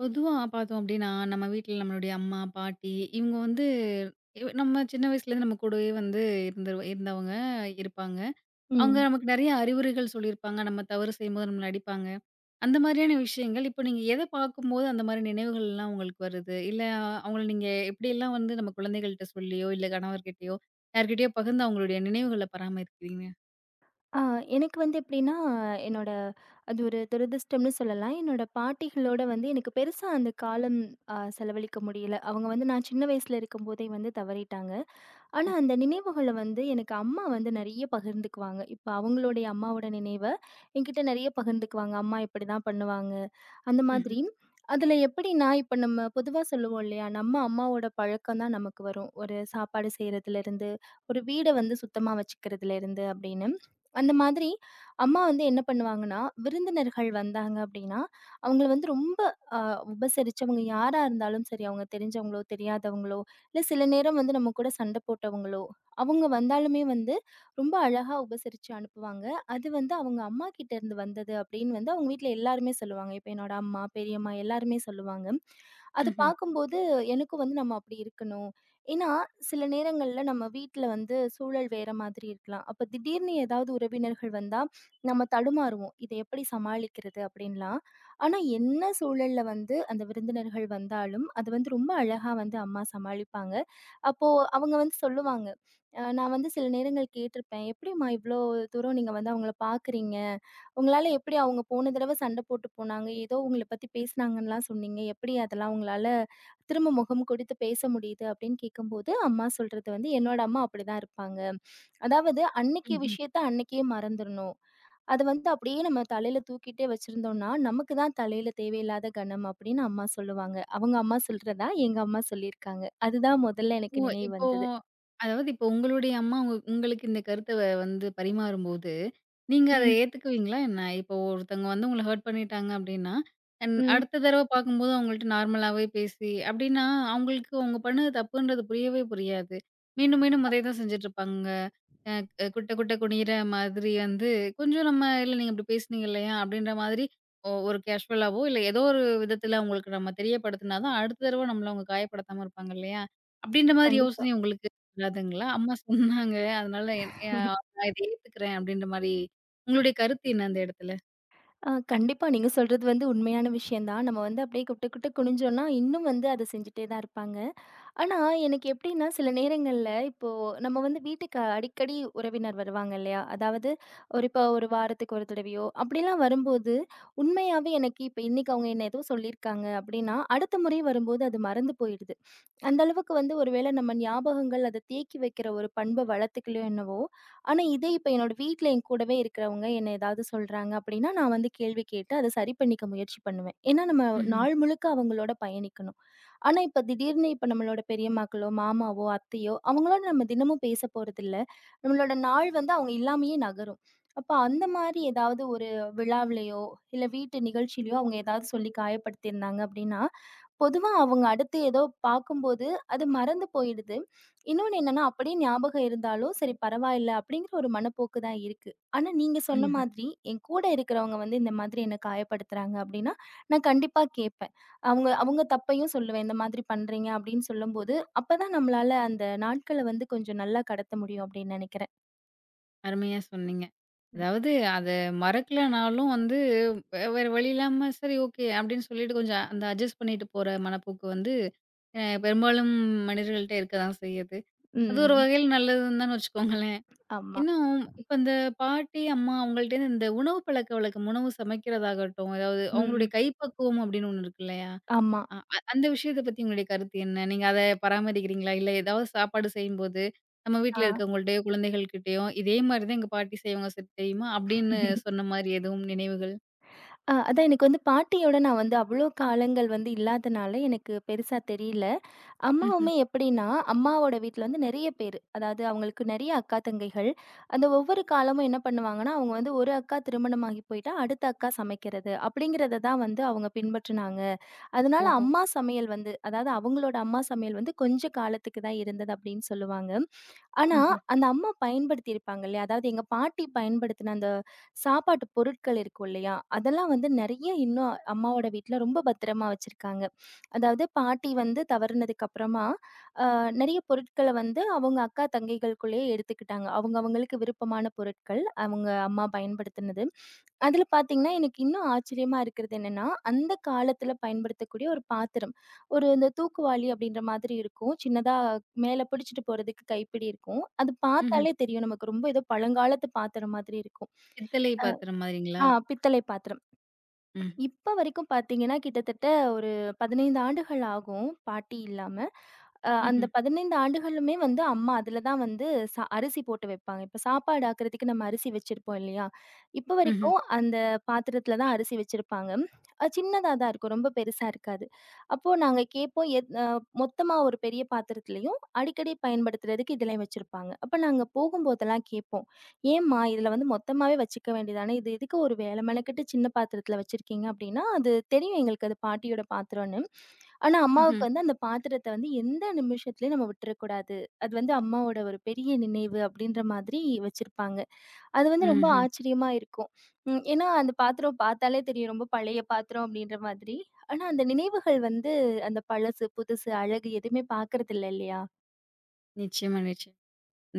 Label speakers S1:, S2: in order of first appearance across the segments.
S1: பொதுவா பார்த்தோம் அப்டின்னா, நம்ம வீட்ல நம்மளுடைய அம்மா, பாட்டி இவங்க வந்து இவ் நம்ம சின்ன வயசுலேருந்து நம்ம கூடவே வந்து இருந்தவங்க இருப்பாங்க. அவங்க
S2: ம்.
S1: நமக்கு நெறைய அறிவுரைகள் சொல்லியிருப்பாங்க. நம்ம தவறு செய்யும்போது நம்மள அடிப்பாங்க. அந்த மாதிரியான விஷயங்கள் இப்போ நீங்க எத பார்க்கும்போது அந்த மாரி நினைவுகள்லாம் உங்களுக்கு வருது? இல்ல அவங்கள நீங்க எப்படியெல்லாம் வந்து நம்ம குழந்தைகள்ட்ட சொல்லியோ, இல்ல கணவர்கிட்டயோ யார்கிட்டயோ பகிர்ந்து அவங்களுடைய நினைவுகள பராமரிக்கிறீங்க?
S2: ஆ எனக்கு வந்து எப்படின்னா, என்னோட அது ஒரு துரதிர்ஷ்டம்னு சொல்லலாம். என்னோட பாட்டிகளோட வந்து எனக்கு பெருசா அந்த காலம் செலவழிக்க முடியல. அவங்க வந்து நான் சின்ன வயசுல இருக்கும்போதே வந்து தவறிட்டாங்க.
S1: ஓ.
S2: ஆனா, அந்த நினைவுகள வந்து எனக்கு அம்மா வந்து நெறைய பகிர்ந்துக்குவாங்க. இப்ப அவங்களுடைய அம்மாவோட நினைவ என்கிட்ட நெறைய பகிர்ந்துக்குவாங்க. அம்மா இப்படிதான் பண்ணுவாங்க. அந்த
S1: ம்ஹ்ம்,
S2: மாதிரி. அதில எப்படின்னா, இப்ப நம்ம பொதுவா சொல்லுவோம் இல்லையா? நம்ம அம்மாவோட பழக்கம் தான் நமக்கு வரும். ஒரு சாப்பாடு செய்றதுலேருந்து, ஒரு வீட வந்து சுத்தமா வச்சுக்கிறதுலேருந்து அப்படின்னு. அந்த மாதிரி அம்மா வந்து என்ன பண்ணுவாங்கன்னா, விருந்தினர்கள் வந்தாங்க அப்படின்னா, அவங்கள வந்து ரொம்ப அ உபசரிச்சு, அவங்க யாரா இருந்தாலும் சரி, அவங்க தெரிஞ்சவங்களோ, தெரியாதவங்களோ, இல்ல சில நேரம் வந்து நம்ம கூட சண்டை போட்டவங்களோ, அவங்க வந்தாலுமே வந்து ரொம்ப அழகா உபசரிச்சு அனுப்புவாங்க. அது வந்து அவங்க அம்மா கிட்ட இருந்து வந்தது அப்படின்னு வந்து அவங்க வீட்ல எல்லாருமே சொல்லுவாங்க. இப்ப என்னோட அம்மா, பெரியம்மா எல்லாருமே சொல்லுவாங்க. அது
S1: ம்ஹ்ம்,
S2: பார்க்கும்போது எனக்கும் வந்து நம்ம அப்படி இருக்கணும். ஏன்னா, சில நேரங்கள்ல நம்ம வீட்ல வந்து சூழல் வேற மாதிரி இருக்கலாம். அப்ப திடீர்னு ஏதாவது உறவினர்கள் வந்தா, நம்ம தடுமாறுவோம். இத எப்படி சமாளிக்கிறது அப்படின்லாம். ஆனா, என்ன சூழல்ல வந்து அந்த விருந்தினர்கள் வந்தாலும், அது வந்து ரொம்ப அழகா வந்து அம்மா சமாளிப்பாங்க. அப்போ அவங்க வந்து சொல்லுவாங்க. நான் வந்து சில நேரங்கள் கேட்டிருப்பேன். "எப்படிம்மா இவ்ளோ தூரம் நீங்க வந்து அவங்கள பார்க்குறீங்க? உங்களால எப்படி அவங்க போன தடவ சண்டை போட்டு போனாங்க, ஏதோ உங்கள பத்தி பேசுனாங்கன்னுலாம் சொன்னீங்க. எப்படி அதெல்லாம் உங்களால திரும்ப முகம் கொடுத்து பேச முடியுது?" அப்படின்னு கேட்கும்போது, அம்மா சொல்றது வந்து, "என்னோட அம்மா அப்படிதான் இருப்பாங்க. அதாவது அன்னைக்கு
S1: ம்ஹ்ம்.
S2: விஷயத்த அன்னைக்கே மறந்துரணும். அது வந்து அப்படியே நம்ம தலையில தூக்கிட்டே வச்சிருந்தோம்னா, நமக்கு தான் தலையில தேவையில்லாத கனம்." அப்படின்னு அம்மா சொல்லுவாங்க. அவங்க அம்மா சொல்றதா எங்க அம்மா சொல்லியிருக்காங்க. அதுதான் முதல்ல எனக்கு
S1: ஓ!
S2: நினைவு
S1: இப்போ
S2: வந்தது.
S1: அதாவது இப்போ உங்களுடைய அம்மா உங்களுக்கு இந்த கருத்த வந்து பரிமாறும்போது, நீங்க அத
S2: ம்.
S1: ஏத்துக்குவீங்களா என்ன? இப்போ ஒருத்தவங்க வந்து உங்கள ஹர்ட் பண்ணிட்டாங்க அப்டின்னா,
S2: ம்.
S1: அடுத்த தடவ பார்க்கும்போது அவங்கள்ட்ட நார்மலாவே பேசி அப்டின்னா, அவங்களுக்கு அவங்க பண்ணது தப்புன்றது புரியவே புரியாது. மீண்டும் மீண்டும் அதே தான் செஞ்சுட்ருப்பாங்க. அ க குட்ட குட்ட குனியிற மாதிரி வந்து கொஞ்சம் நம்ம இல்ல நீங்க இப்படி பேசுனீங்க இல்லையா? அப்படின்ற மாதிரி ஒரு கேஷுவலாவோ இல்ல ஏதோ ஒரு விதத்துல அவங்களுக்கு நம்ம தெரியப்படுத்தினா தான் அடுத்த தடவ நம்மள அவங்க காயப்படுத்தாம இருப்பாங்க இல்லையா? அப்படின்ற மாதிரி
S2: கண்டிப்பா.
S1: யோசனை உங்களுக்கு வராதுங்களா? அம்மா சொன்னாங்க அதனால என் அ நான் இத ஏத்துக்கிறேன் அப்படின்ற மாரி உங்களுடைய கருத்து என்ன அந்த இடத்துல?
S2: கண்டிப்பா. நீங்க சொல்றது வந்து உண்மையான விஷயம் தான். நம்ம வந்து அப்படியே குட்டு குட்டு குனிஞ்சோம்னா, இன்னும் வந்து அத செஞ்சுட்டே தான் இருப்பாங்க. ஆனா, எனக்கு எப்படின்னா, சில நேரங்கள்ல இப்போ நம்ம வந்து வீட்டுக்கு அடிக்கடி உறவினர் வருவாங்க இல்லையா? அதாவது ஒரு இப்போ ஒரு வாரத்துக்கு ஒரு தடவையோ, அப்படிலாம் வரும்போது, உண்மையாவே எனக்கு இப்ப இன்னைக்கு அவங்க என்ன ஏதோ சொல்லியிருக்காங்க அப்படின்னா, அடுத்த முறை வரும்போது அது மறந்து போயிடுது. அந்த அளவுக்கு வந்து ஒரு வேளை நம்ம ஞாபகங்கள் அத தேக்கி வைக்கிற ஒரு பண்ப வளர்த்துக்கலையோ என்னவோ! ஆனா, இதே இப்ப என்னோட வீட்ல என் கூடவே இருக்கிறவங்க என்ன ஏதாவது சொல்றாங்க அப்பிடின்னா, நான் வந்து கேள்வி கேட்டு அத சரி பண்ணிக்க முயற்சி பண்ணுவேன். ஏன்னா, நம்ம
S1: ம்ஹ்ம்.
S2: நாள் முழுக்க அவங்களோட பயணிக்கணும். ஆனா, இப்ப திடீர்னு இப்ப நம்மளோட பெரியம்மாக்களோ! மாமாவோ! அத்தையோ! அவங்களோட நம்ம தினமும் பேச போறதில்ல. நம்மளோட நாள் வந்து அவுங்க இல்லாமயே நகரும். அப்ப அந்தமாரி ஏதாவது ஒரு விழாவிலயோ! இல்ல வீட்டு நிகழ்ச்சியிலயோ! அவுங்க ஏதாவது சொல்லி காயப்படுத்தியிருந்தாங்க அப்பிடின்னா, பொதுவா அவங்க அடுத்து ஏதோ பார்க்கும்போது, அது மறந்து போயிடுது. இன்னொன்னு என்னன்னா, அப்படியே ஞாபகம் இருந்தாலும், "சரி பரவாயில்ல" அப்படிங்கிற ஒரு மனப்போக்கு தான் இருக்கு. ஆனா நீங்க சொன்ன
S1: ம்.
S2: மாதிரி, என் கூட இருக்கிறவங்க வந்து இந்த மாதிரி என்ன காயப்படுத்துறாங்க அப்படின்னா, நான் கண்டிப்பா கேட்பேன். அவங்க அவங்க தப்பையும் சொல்லுவேன். "இந்த மாதிரி பண்றீங்க" அப்படின்னு சொல்லும்போது, அப்பதான் நம்மளால அந்த நாட்கள வந்து கொஞ்சம் நல்லா கடத்த முடியும் அப்படின்னு நெனைக்கிறேன்.
S1: அருமையா சொன்னீங்க.
S2: ம்.
S1: அதாவது அத மறக்கலனாலும் வந்து வேற வழி இல்லாம சரி ஓகே அப்படின்னு சொல்லிட்டு கொஞ்சம் அந்த அட்ஜஸ்ட் பண்ணிட்டு போற மனப்போக்கு வந்து பெரும்பாலும் மனிதர்கள்ட்ட இருக்க தான் செய்யுது. அது ஒரு
S2: ம்.
S1: வகையில நல்லதுன்னு தான் வச்சுக்கோங்களேன்.
S2: ஆமா.
S1: இன்னும் இப்ப இந்த பாட்டி, அம்மா அவங்கள்ட்டேருந்து இந்த உணவு பழக்கவழக்கம், உணவு சமைக்கிறதாகட்டும், அதாவது
S2: ம்.
S1: அவங்களுடைய
S2: ம்.
S1: கைப்பக்குவம் அப்படின்னு ஒண்ணு இருக்கு இல்லையா?
S2: ஆமா.
S1: அ அ அந்த விஷயத்த பத்தி உங்களுடைய கருத்து என்ன? நீங்க அத பராமரிக்கிறீங்களா? இல்ல ஏதாவது சாப்பாடு செய்யும்போது, நம்ம
S2: ஆ.
S1: வீட்ல இருக்கவங்கள்ட்டயோ, குழந்தைகள்கிட்டயோ, "இதே மாரி தான் எங்க பாட்டி செய்வாங்க தெரியுமா?" அப்படின்னு சொன்ன மாரி எதுவும் நினைவுகள்?
S2: அதான் எனக்கு வந்து பாட்டியோட நான் வந்து அவ்வளோ காலங்கள் வந்து இல்லாதனால, எனக்கு பெருசா தெரியல.
S1: ம்ஹ்ம்.
S2: அம்மாவுமே எப்படின்னா, அம்மாவோட வீட்ல வந்து நெறைய பேரு. அதாவது அவங்களுக்கு நெறைய அக்கா, தங்கைகள். அந்த ஒவ்வொரு காலமும் என்ன பண்ணுவாங்கன்னா, அவங்க வந்து ஒரு அக்கா திருமணமாகி போயிட்டா, அடுத்த அக்கா சமைக்கிறது. அப்படிங்கிறத தான் வந்து அவங்க பின்பற்றினாங்க. அதனால
S1: ஓஹோ!
S2: அம்மா சமையல் வந்து அதாவது அவங்களோட அம்மா சமையல் வந்து கொஞ்ச காலத்துக்கு தான் இருந்தது அப்படின்னு சொல்லுவாங்க. ஆனா,
S1: ம்ஹ்ம்.
S2: அந்த அம்மா பயன்படுத்தியிருப்பாங்க இல்லையா? அதாவது எங்க பாட்டி பயன்படுத்தின அந்த சாப்பாட்டு பொருட்கள் இருக்கும் இல்லையா? அதெல்லாம் வந்து நெறைய இன்னும் அம்மாவோட வீட்ல ரொம்ப பத்திரமா வச்சிருக்காங்க. அதாவது பாட்டி வந்து தவறுனதுக்கு அப்புறமா, அ நெறைய பொருட்கள வந்து அவங்க அக்கா, தங்கைகளுக்குள்ளேயே எடுத்துக்கிட்டாங்க. அவங்க அவங்களுக்கு விருப்பமான பொருட்கள் அவங்க அம்மா பயன்படுத்தினது. அதில பார்த்தீங்கன்னா, எனக்கு இன்னும் ஆச்சரியமா இருக்கிறது என்னன்னா, அந்த காலத்தில பயன்படுத்தக்கூடிய ஒரு பாத்திரம். ஒரு இந்த தூக்குவாளி அப்படின்ற மாதிரி இருக்கும். சின்னதா மேல பிடிச்சிட்டு போறதுக்கு கைப்பிடி இருக்கும். அது
S1: ம்ஹ்ம்.
S2: பார்த்தாலே தெரியும். நமக்கு ரொம்ப ஏதோ பழங்காலத்து பாத்திரம் மாதிரி இருக்கும்.
S1: பித்தளை பாத்திரம் மாதிரிங்களா?
S2: ஆ பித்தளை பாத்திரம்.
S1: ம்.
S2: இப்ப வரைக்கும் பார்த்தீங்கன்னா, கிட்டத்தட்ட ஒரு 15 ஆண்டுகள் ஆகும் பாட்டி இல்லாம. அந்த
S1: ம்ஹ்ம்.
S2: 15 ஆண்டுகளுமே வந்து அம்மா அதுல தான் வந்து அரிசி போட்டு வைப்பாங்க. இப்ப சாப்பாடு ஆக்குறதுக்கு நம்ம அரிசி வச்சிருப்போம் இல்லையா? இப்ப
S1: ம்ஹ்ம்.
S2: வரைக்கும் அந்த பாத்திரத்துல தான் அரிசி வச்சிருப்பாங்க. சின்னதா தான் இருக்கும். ரொம்ப பெருசா இருக்காது. அப்போ நாங்க கேட்போம் எத் அ மொத்தமா ஒரு பெரிய பாத்திரத்திலயும் அடிக்கடி பயன்படுத்துறதுக்கு இதுலயும் வச்சிருப்பாங்க. அப்ப நாங்க போகும்போதெல்லாம் கேட்போம். ஏம்மா, இதுல வந்து மொத்தமாவே வச்சுக்க வேண்டியதுதானே! இது எதுக்கு ஒரு வேல மெனக்கெட்டு சின்ன பாத்திரத்துல வச்சிருக்கீங்க அப்டின்னா, அது தெரியும் எங்களுக்கு அது பாட்டியோட பாத்திரம்ன்னு. ஆனா,
S1: ம்ஹ்ம்.
S2: அம்மாவுக்கு வந்து அந்த பாத்திரத்த வந்து எந்த நிமிஷத்துலயும் நம்ம விட்டுறக்கூடாது. அது வந்து அம்மாவோட ஒரு பெரிய நினைவு அப்டின்ற மாதிரி வச்சிருப்பாங்க. அது வந்து ரொம்ப
S1: ம்ஹ்ம்.
S2: ஆச்சரியமா இருக்கும். ம். ஏன்னா, அந்த பாத்திரம் பாத்தாலே தெரியும். ரொம்ப பழைய பாத்திரம் அப்டின்ற மாதிரி. ஆனா, அந்த நினைவுகள் வந்து அந்த பழசு, புதுசு, அழகு எதுவுமே பாக்குறதில்ல இல்லையா?
S1: நிச்சயமா, நிச்சயம்.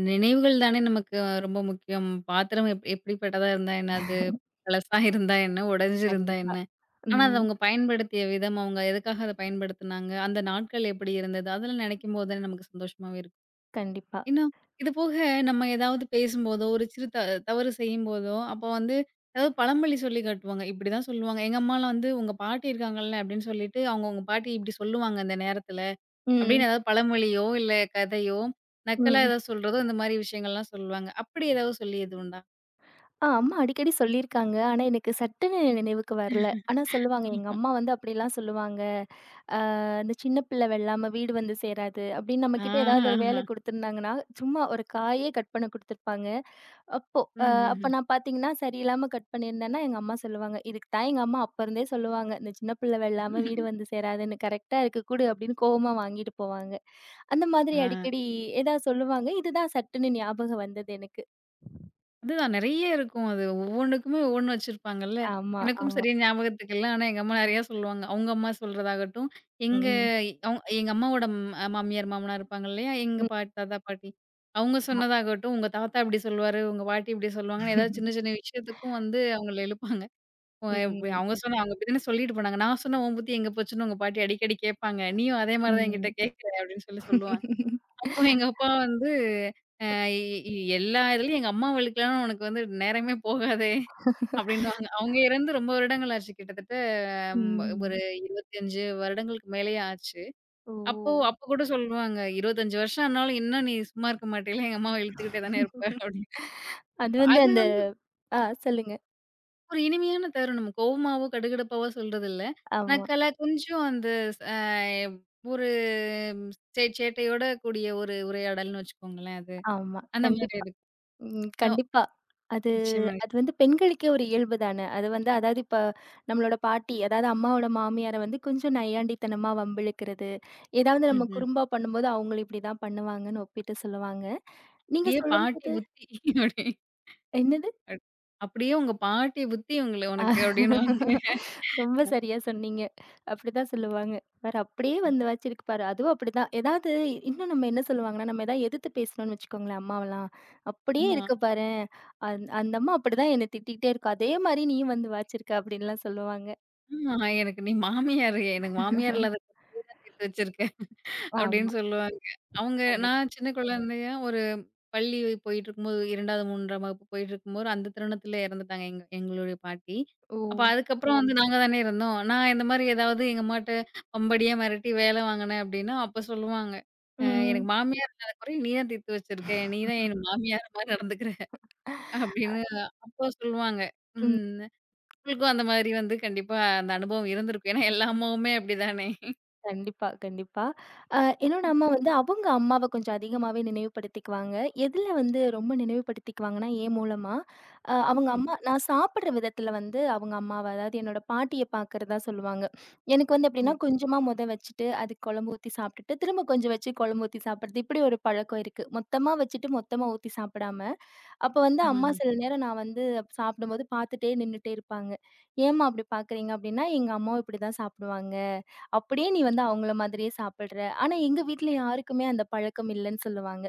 S1: நினைவுகள் தானே நமக்கு ரொம்ப முக்கியம். பாத்திரம் எப்படிப்பட்டதா இருந்தா என்ன? அது பழசா இருந்தா என்ன? உடைஞ்சிருந்தா
S2: கண்டிப்பா.
S1: என்ன? ஆனா, அத
S2: ம்.
S1: அவங்க பயன்படுத்திய விதம், அவங்க எதுக்காக அத பயன்படுத்துனாங்க? அந்த நாட்கள் எப்படி இருந்தது? அதெல்லாம் நினைக்கும்போது தானே நமக்கு சந்தோஷமாவே இருக்கும்.
S2: கண்டிப்பா.
S1: இன்னும் இது போக நம்ம ஏதாவது பேசும்போதோ, ஒரு சிறு தவறு செய்யும்போதோ, அப்ப வந்து ஏதாவது பழமொழி சொல்லி காட்டுவாங்க. இப்படிதான் சொல்லுவாங்க. எங்க அம்மாலாம் வந்து உங்க பாட்டி இருக்காங்கல்ல அப்படின்னு சொல்லிட்டு, அவங்க உங்க பாட்டி இப்படி சொல்லுவாங்க அந்த நேரத்துல
S2: ம்.
S1: அப்படின்னு ஏதாவது பழமொழியோ, இல்ல கதையோ, நக்கலா
S2: ம்.
S1: ஏதாவது சொல்றதோ, இந்த மாரி விஷயங்கள்லாம் சொல்லுவாங்க. அப்படி ஏதாவது சொல்லியது உண்டா?
S2: ஆ அம்மா அடிக்கடி சொல்லியிருக்காங்க. ஆனா, எனக்கு சட்டுன்னு நினைவுக்கு வரல. ஆனா சொல்லுவாங்க, எங்க அம்மா வந்து அப்படிலாம் சொல்லுவாங்க. "இந்த சின்ன பிள்ளை வெள்ளாமை வீடு வந்து சேராது" அப்படின்னு நம்மகிட்ட ஏதாவது ஒரு
S1: ஆஹஹ.
S2: வேலை குடுத்துருந்தாங்கன்னா, சும்மா ஒரு காயே கட் பண்ண குடுத்துருப்பாங்க. அப்போ அ
S1: ம்ஹ்ஹ்ம்.
S2: அப்ப நான் பார்த்தீங்கன்னா, சரியில்லாம கட் பண்ணியிருந்தேன்னா, எங்க அம்மா சொல்லுவாங்க. இதுக்கு தான் எங்க அம்மா அப்பருந்தே சொல்லுவாங்க. "இந்த சின்ன பிள்ளை வெள்ளாமை வீடு வந்து சேராதுன்னு. கரெக்ட்டா இருக்கு குடு" அப்படின்னு கோவமா வாங்கிட்டு போவாங்க. அந்த
S1: ஆ.
S2: மாதிரி அடிக்கடி ஏதாவது சொல்லுவாங்க. இதுதான் சட்டுன்னு ஞாபகம் வந்தது எனக்கு.
S1: அதுதான் நெறைய இருக்கும். அது ஒவ்வொன்னுக்குமே ஒவ்வொன்னு வச்சிருப்பாங்கல்ல.
S2: ஆமா,
S1: எனக்கும்
S2: ஆமா.
S1: சரியா ஞாபகத்துக்கு இல்ல. ஆனா எங்க அம்மா நெறையா சொல்லுவாங்க. அவங்க அம்மா சொல்றதாகட்டும், எங்க
S2: ம்.
S1: எங்க அம்மாவோட மாமியார், மாமனார் இருப்பாங்க இல்லையா? எங்க
S2: ம்.
S1: தாத்தா, பாட்டி அவங்க
S2: ஆமா.
S1: சொன்னதாகட்டும், உங்க தாத்தா இப்படி சொல்லுவாரு, உங்க பாட்டி இப்படி சொல்லுவாங்கன்னு ஏதாவது சின்ன சின்ன விஷயத்துக்கும் வந்து அவங்கள இழுப்பாங்க. அ
S2: ம்.
S1: அவங்க சொன்ன அவங்க இப்படி தானே சொல்லிட்டு போனாங்க. நான் சொன்ன உன் புத்தி எங்க போச்சுன்னு உங்க பாட்டி அடிக்கடி கேட்பாங்க. நீயும் அதே மாரி தான் என்கிட்ட
S2: ம்.
S1: கேட்குற அப்படின்னு சொல்லி சொல்லுவாங்க. அப்போ எங்க அப்பா வந்து, "அ இ இ எல்லா இதுலயும் எங்க அம்மாவ இழுக்கலாம்னு உனக்கு வந்து நேரமே போகாதே" அப்படின்னுவாங்க. அவங்க இறந்து ரொம்ப வருடங்கள் ஆச்சு. கிட்டத்தட்ட
S2: ம்.
S1: ஒரு 25 வருடங்களுக்கு மேலேயே ஆச்சு.
S2: ஓ!
S1: அப்போ அப்போ கூட சொல்லுவாங்க, "25 வருஷம் ஆனாலும் இன்னும் நீ சும்மா இருக்க மாட்டேல்ல, எங்க அம்மாவ இழுத்துக்கிட்டே தானே இருப்ப" அப்படின்னு.
S2: அது வந்து
S1: அது
S2: அந்த
S1: வந்து
S2: ஆ சொல்லுங்க.
S1: ஒரு இனிமையான தருணம். கோவமாவோ, கடுகடுப்பாவோ சொல்றதில்ல.
S2: ஆமா,
S1: நக்கலா கொஞ்சம் அந்த ஸ் அ ஒரு சேட்டையோட கூடிய ஒரு உரையாடல்னு வச்சுக்கோங்களேன் அது.
S2: ஆமா.
S1: அந்த மாதிரி
S2: கண்டிப்பா. ம்.
S1: இருக்கும்.
S2: கண்டிப்பா. அது
S1: நிச்சயமா.
S2: அது வந்து பெண்களுக்கே ஒரு இயல்பு தானே. அது வந்து அதாவது இப்ப நம்மளோட பாட்டி, அதாவது அம்மாவோட மாமியார வந்து கொஞ்சம் நையாண்டித்தனமா வம்பிழுக்கிறது. ஏதாவது நம்ம
S1: ம்ஹ்ம்.
S2: குறும்பா பண்ணும்போது, அவங்களும் இப்படிதான் பண்ணுவாங்கன்னு ஒப்பிட்டு சொல்லுவாங்க. நீங்க
S1: "அப்படியே பாட்டிய
S2: சொல்லும்போது
S1: புத்தி" அப்படி
S2: என்னது?
S1: அப் "அப்படியே உங்க பாட்டிய புத்தி உங்கள உனக்கு" அப்படின்னுவாங்க.
S2: ரொம்ப சரியா சொன்னீங்க. அப்படிதான் சொல்லுவாங்க. பாரு அப்படியே வந்து வச்சிருக்கு பாரு. அதுவும் அப்படிதான். ஏதாவது இன்னும் நம்ம என்ன சொல்லுவாங்கன்னா, நம்ம ஏதாவது எதிர்த்து பேசுனோம்னு வச்சுக்கோங்களேன் அம்மாவெல்லாம். அப்படியே
S1: ஆமா.
S2: இருக்கு பாரேன். அந்த அம்மா அப்படிதான் என்ன திட்டிகிட்டே இருக்கும். அதே மாரி நீயும் வந்து வாய்ச்சிருக்க அப்படின்லாம் சொல்லுவாங்க.
S1: ஆமா. எனக்கு நீ மாமியாரு. எனக்கு மாமியார் இல்லாத கூட சேர்த்து வச்சிருக்க அப்படின்னு
S2: ஆமா.
S1: சொல்லுவாங்க. அவங்க நான்
S2: கண்டிப்பா.
S1: சின்ன குழந்தையா ஒரு பள்ளி போயிட்டுருக்கும்போது 2வது, 3ஆம் வகுப்பு போயிட்டுருக்கும்போது, அந்த தருணத்தில இறந்துட்டாங்க எங்களுடைய பாட்டி.
S2: ஓ!
S1: அப்ப அதுக்கப்புறம் ஓ! வந்து நாங்க தானே இருந்தோம். நான் இந்த மாரி ஏதாவது எங்க அம்மாட்ட வம்படியா மிரட்டி வேலை வாங்கினேன் அப்டின்னா, அப்ப சொல்லுவாங்க. அ எனக்கு மாமியார் இல்லாத குறைய நீ தான் தீர்த்து வச்சிருக்க. நீ தான் என் மாமியார் மாரி நடந்துக்கிற அப்டின்னு அப்போ சொல்லுவாங்க.
S2: ம்.
S1: ம். உங்களுக்கும் அந்த மாரி வந்து கண்டிப்பா அந்த அனுபவம் இருந்திருக்கும். ஏன்னா எல்லா அம்மாவுமே அப்டிதானே.
S2: கண்டிப்பா, கண்டிப்பா. அ இன்னொன்னு அம்மா வந்து அவங்க அம்மாவ கொஞ்சம் அதிகமாவே நினைவுபடுத்திக்குவாங்க. எதுல வந்து ரொம்ப நினைவுபடுத்திக்குவாங்கன்னா, என் மூலமா. அவங்க
S1: ம்.
S2: அம்மா நான் சாப்பிடுற விதத்துல வந்து அவங்க அம்மாவ, அதாவது என்னோட பாட்டிய பார்க்கிறதா சொல்லுவாங்க. எனக்கு வந்து எப்படின்னா,
S1: ஓ.
S2: கொஞ்சமா மொத வச்சுட்டு, அதுக்கு குழம்பு ஊத்தி சாப்பிட்டுட்டு, திரும்ப கொஞ்சம் வச்சு குழம்பு ஊத்தி சாப்பிடுறது. இப்படி ஒரு பழக்கம் இருக்கு. மொத்தமா வச்சுட்டு, மொத்தமா ஊத்தி சாப்பிடாம. அப்ப வந்து அம்மா
S1: ம்ஹ்ம்.
S2: சில நேரம் நான் வந்து சாப்பிடும்போது பார்த்துட்டே நின்னுட்டே இருப்பாங்க. "ஏம்மா அப்படி பார்க்குறீங்க?" அப்படின்னா, "எங்க அம்மாவும் இப்படிதான் சாப்பிடுவாங்க." அப்படியே நீ வந்து அவங்கள மாதிரியே சாப்பிடுற. ஆனா எங்க வீட்ல யாருக்குமே அந்த பழக்கம் இல்லன்னு சொல்லுவாங்க.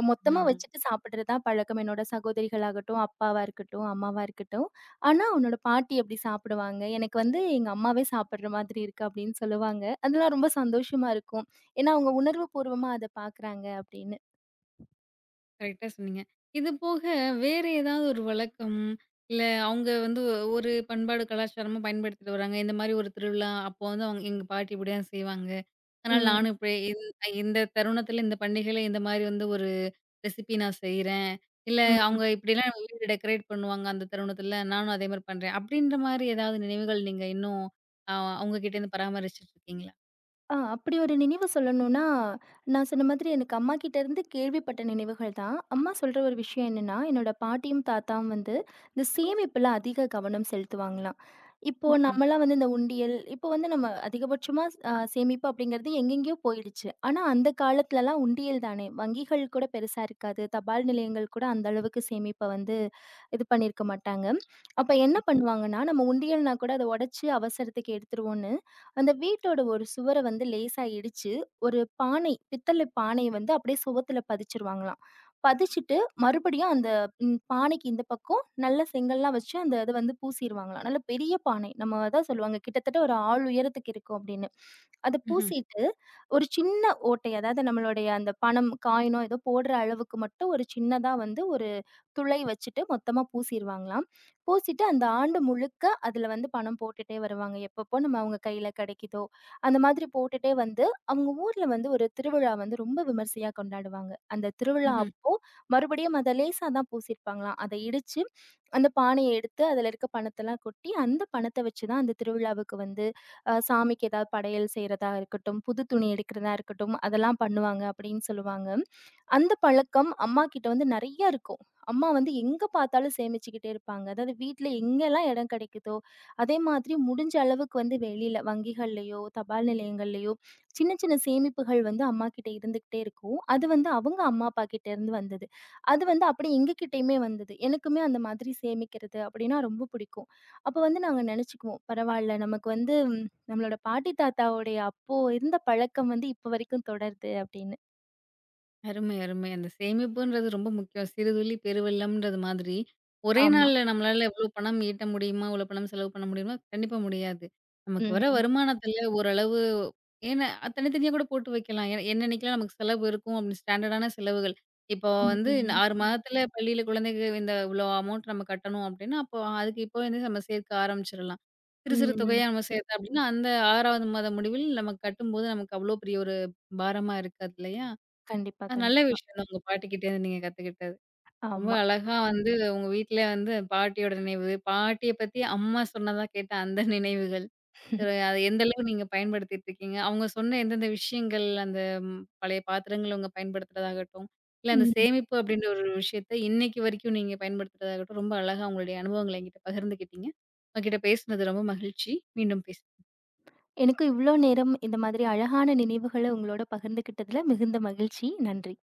S2: மொத்தமா
S1: ம்ஹ்ம்.
S2: வச்சுட்டு சாப்பிடுறது தான் பழக்கம். என்னோட சகோதரிகளாகட்டும், அப்பாவா இருக்கட்டும், அம்மாவா இருக்கட்டும். ஆனா உன்னோட பாட்டி அப்படி சாப்பிடுவாங்க. எனக்கு வந்து எங்க அம்மாவே சாப்பிடுற மாதிரி இருக்கு அப்படின்னு சொல்லுவாங்க. அதெல்லாம் ரொம்ப சந்தோஷமா இருக்கும். ஏன்னா அவங்க உணர்வு பூர்வமா அத பார்க்குறாங்க அப்படின்னு.
S1: கரெக்ட்டா சொன்னீங்க. இது போக வேற ஏதாவது ஒரு வழக்கம், இல்ல அவுங்க வந்து ஒரு பண்பாடு, கலாச்சாரமும் பயன்படுத்திட்டு வராங்க. இந்த மாரி ஒரு திருவிழா அப்போ வந்து அவங்க எங்க பாட்டி இப்படிதான் செய்வாங்க. அதனால
S2: ம்.
S1: நானும் இப்படி இந்த தருணத்தில இந்த பண்டிகையில இந்த மாரி வந்து ஒரு ரெசிபி நான் செய்றேன். இல்ல
S2: ம்.
S1: அவங்க இப்படிலாம் நம்ம வீடு டெக்கரேட் பண்ணுவாங்க அந்த தருணத்தில, நானும் அதே மாரி பண்றேன். அப்படின்ற மாரி ஏதாவது நினைவுகள் நீங்க இன்னும் அ உங்ககிட்டேருந்து பராமரிச்சுட்டு இருக்கீங்களா?
S2: ஆ, அப்படி ஒரு நினைவு சொல்லணும்னா, நான் சொன்ன மாதிரி எனக்கு அம்மாகிட்ட இருந்து கேள்விப்பட்ட நினைவுகள் தான். அம்மா சொல்ற ஒரு விஷயம் என்னன்னா, என்னோட பாட்டியும், தாத்தாவும் வந்து இந்த சேமிப்புல அதிக கவனம் செலுத்துவாங்களாம். இப்போ
S1: ம்ஹ்ம்.
S2: நம்மலாம் வந்து இந்த உண்டியல் இப்போ வந்து நம்ம அதிகபட்சமா சேமிப்பு அப்படிங்கிறது எங்கெங்கேயோ போயிடுச்சு. ஆனா, அந்த காலத்துலலாம் உண்டியல் தானே. வங்கிகள் கூட பெருசா இருக்காது. தபால் நிலையங்கள் கூட அந்த அளவுக்கு சேமிப்ப வந்து இது பண்ணியிருக்க மாட்டாங்க. அப்ப என்ன பண்ணுவாங்கன்னா, நம்ம உண்டியல்னா கூட அத உடைச்சு அவசரத்துக்கு எடுத்துருவோம்னு அந்த வீட்டோட ஒரு சுவர வந்து லேசா இடிச்சு, ஒரு பானை, பித்தள பானைய வந்து அப்படியே சுவத்துல பதிச்சிருவாங்களாம். பதிச்சுட்டு மறுபடியும் அந்த பானைக்கு இந்த பக்கம் நல்ல செங்கல்லாம் வச்சு அந்த இத வந்து பூசிருவாங்களாம். நல்ல பெரிய பானை. நம்ம அதான் சொல்லுவாங்க கிட்டத்தட்ட ஒரு ஆள் உயரத்துக்கு இருக்கும் அப்படின்னு. அத
S1: ம்ஹ்ம்.
S2: பூசிட்டு ஒரு சின்ன ஓட்டை, அதாவது நம்மளுடைய அந்த பணம், காயினோ ஏதோ போடுற அளவுக்கு மட்டும் ஒரு சின்னதா வந்து துளை வச்சுட்டு மொத்தமா பூசிருவாங்களாம். பூசிட்டு அந்த ஆண்டு முழுக்க அதுல வந்து பணம் போட்டுட்டே வருவாங்க. எப்பப்போ நம்ம அவங்க கையில கிடைக்குதோ, அந்த மாதிரி போட்டுட்டே வந்து, அவங்க ஊர்ல வந்து ஒரு திருவிழா வந்து ரொம்ப விமர்சையா கொண்டாடுவாங்க. அந்த திருவிழா
S1: ம்ஹ்ம்.
S2: அப்போ மறுபடியும் அத லேசா தான் பூசியிருப்பாங்களாம். அத இடிச்சு, அந்த பானைய எடுத்து அதுல இருக்க பணத்தெல்லாம் கொட்டி, அந்த பணத்த வச்சு தான் அந்த திருவிழாவுக்கு வந்து சாமிக்கு ஏதாவது படையல் செய்றதா இருக்கட்டும், புது துணி எடுக்கிறதா இருக்கட்டும், அதெல்லாம் பண்ணுவாங்க அப்படின்னு சொல்லுவாங்க. அந்த பழக்கம் அம்மாகிட்ட வந்து நெறைய இருக்கும். அம்மா வந்து எங்க பார்த்தாலும் சேமிச்சுக்கிட்டே இருப்பாங்க. அதாவது வீட்ல எங்கெல்லாம் இடம் கிடைக்குதோ, அதே மாதிரி முடிஞ்ச அளவுக்கு வந்து வெளியில வங்கிகள்லயோ, தபால் நிலையங்கள்லயோ சின்ன சின்ன சேமிப்புகள் வந்து அம்மாகிட்ட இருந்துகிட்டே இருக்கும். அது வந்து அவங்க அம்மா, அப்பா கிட்ட இருந்து வந்தது. அது வந்து அப்படியே எங்ககிட்டயுமே வந்தது. எனக்குமே அந்த மாதிரி சேமிக்கிறது அப்படின்னா ரொம்ப பிடிக்கும். அப்ப வந்து நாங்க நினைச்சுக்குவோம், பரவால்ல நமக்கு வந்து நம்மளோட பாட்டி தாத்தாவோடைய அப்போ இருந்த பழக்கம் வந்து இப்ப வரைக்கும் தொடருது அப்படின்னு.
S1: அருமை, அருமை. அந்த சேமிப்புன்றது ரொம்ப முக்கியம். சிறுதுளி பெருவெள்ளம்ன்றது மாதிரி, ஒரே
S2: ஆமா.
S1: நாள்ல நம்மளால எவ்ளோ பணம் ஈட்ட முடியுமா? இவ்ளோ பணம் செலவு பண்ண முடியுமா? கண்டிப்பா முடியாது. நமக்கு வர
S2: ம்.
S1: வருமானத்துல ஓரளவு ஏன்னா அது தனித்தனியா கூட போட்டு வைக்கலாம். ஏன்னா என்னன்னைக்கலாம் நமக்கு செலவு இருக்கும் அப்படின்னு ஸ்டாண்டர்டான செலவுகள். இப்போ
S2: ம்.
S1: வந்து இந்த
S2: ம்.
S1: 6ம் ம். மாதத்துல பள்ளியில குழந்தைக்கு இந்த இவ்ளோ அமௌண்ட் நம்ம கட்டணும் அப்படின்னா, அப்போ அதுக்கு இப்போவே வந்து நம்ம சேர்க்க ஆரம்பிச்சுரலாம். சிறு சிறு
S2: ம்.
S1: தொகையா நம்ம சேர்த்தோம் அப்படின்னா, அந்த 6வது மாத முடிவில் நம்ம கட்டும்போது நமக்கு அவ்ளோ பெரிய ஒரு பாரமா இருக்காது இல்லையா?
S2: கண்டிப்பா,
S1: நல்ல
S2: கண்டிப்பா.
S1: விஷயம் தான். உங்க பாட்டிக்கிட்டேருந்து நீங்க கத்துக்கிட்டது. ரொம்ப
S2: ஆமா.
S1: அழகா வந்து உங்க வீட்ல வந்து பாட்டியோட நினைவு, பாட்டிய பத்தி அம்மா சொன்னதா கேட்ட அந்த நினைவுகள், அ அது எந்த அளவு நீங்க பயன்படுத்திட்டு இருக்கீங்க? அவங்க சொன்ன எந்தெந்த விஷயங்கள், அந்த பழைய பாத்திரங்கள் உங்க பயன்படுத்துறதாகட்டும், இல்ல அந்த
S2: ம்.
S1: சேமிப்பு அப்படின்ற ஒரு விஷயத்த இன்னைக்கு வரைக்கும் நீங்க பயன்படுத்துறதாகட்டும், ரொம்ப அழகா உங்களுடைய அனுபவங்கள என்கிட்ட பகிர்ந்துக்கிட்டீங்க. உங்ககிட்ட பேசுனது ரொம்ப மகிழ்ச்சி. மீண்டும் பேச
S2: எனக்கும் இவ்ளோ நேரம் இந்த மாதிரி அழகான நினைவுகள உங்களோட பகிர்ந்துக்கிட்டதுல மிகுந்த மகிழ்ச்சி. நன்றி.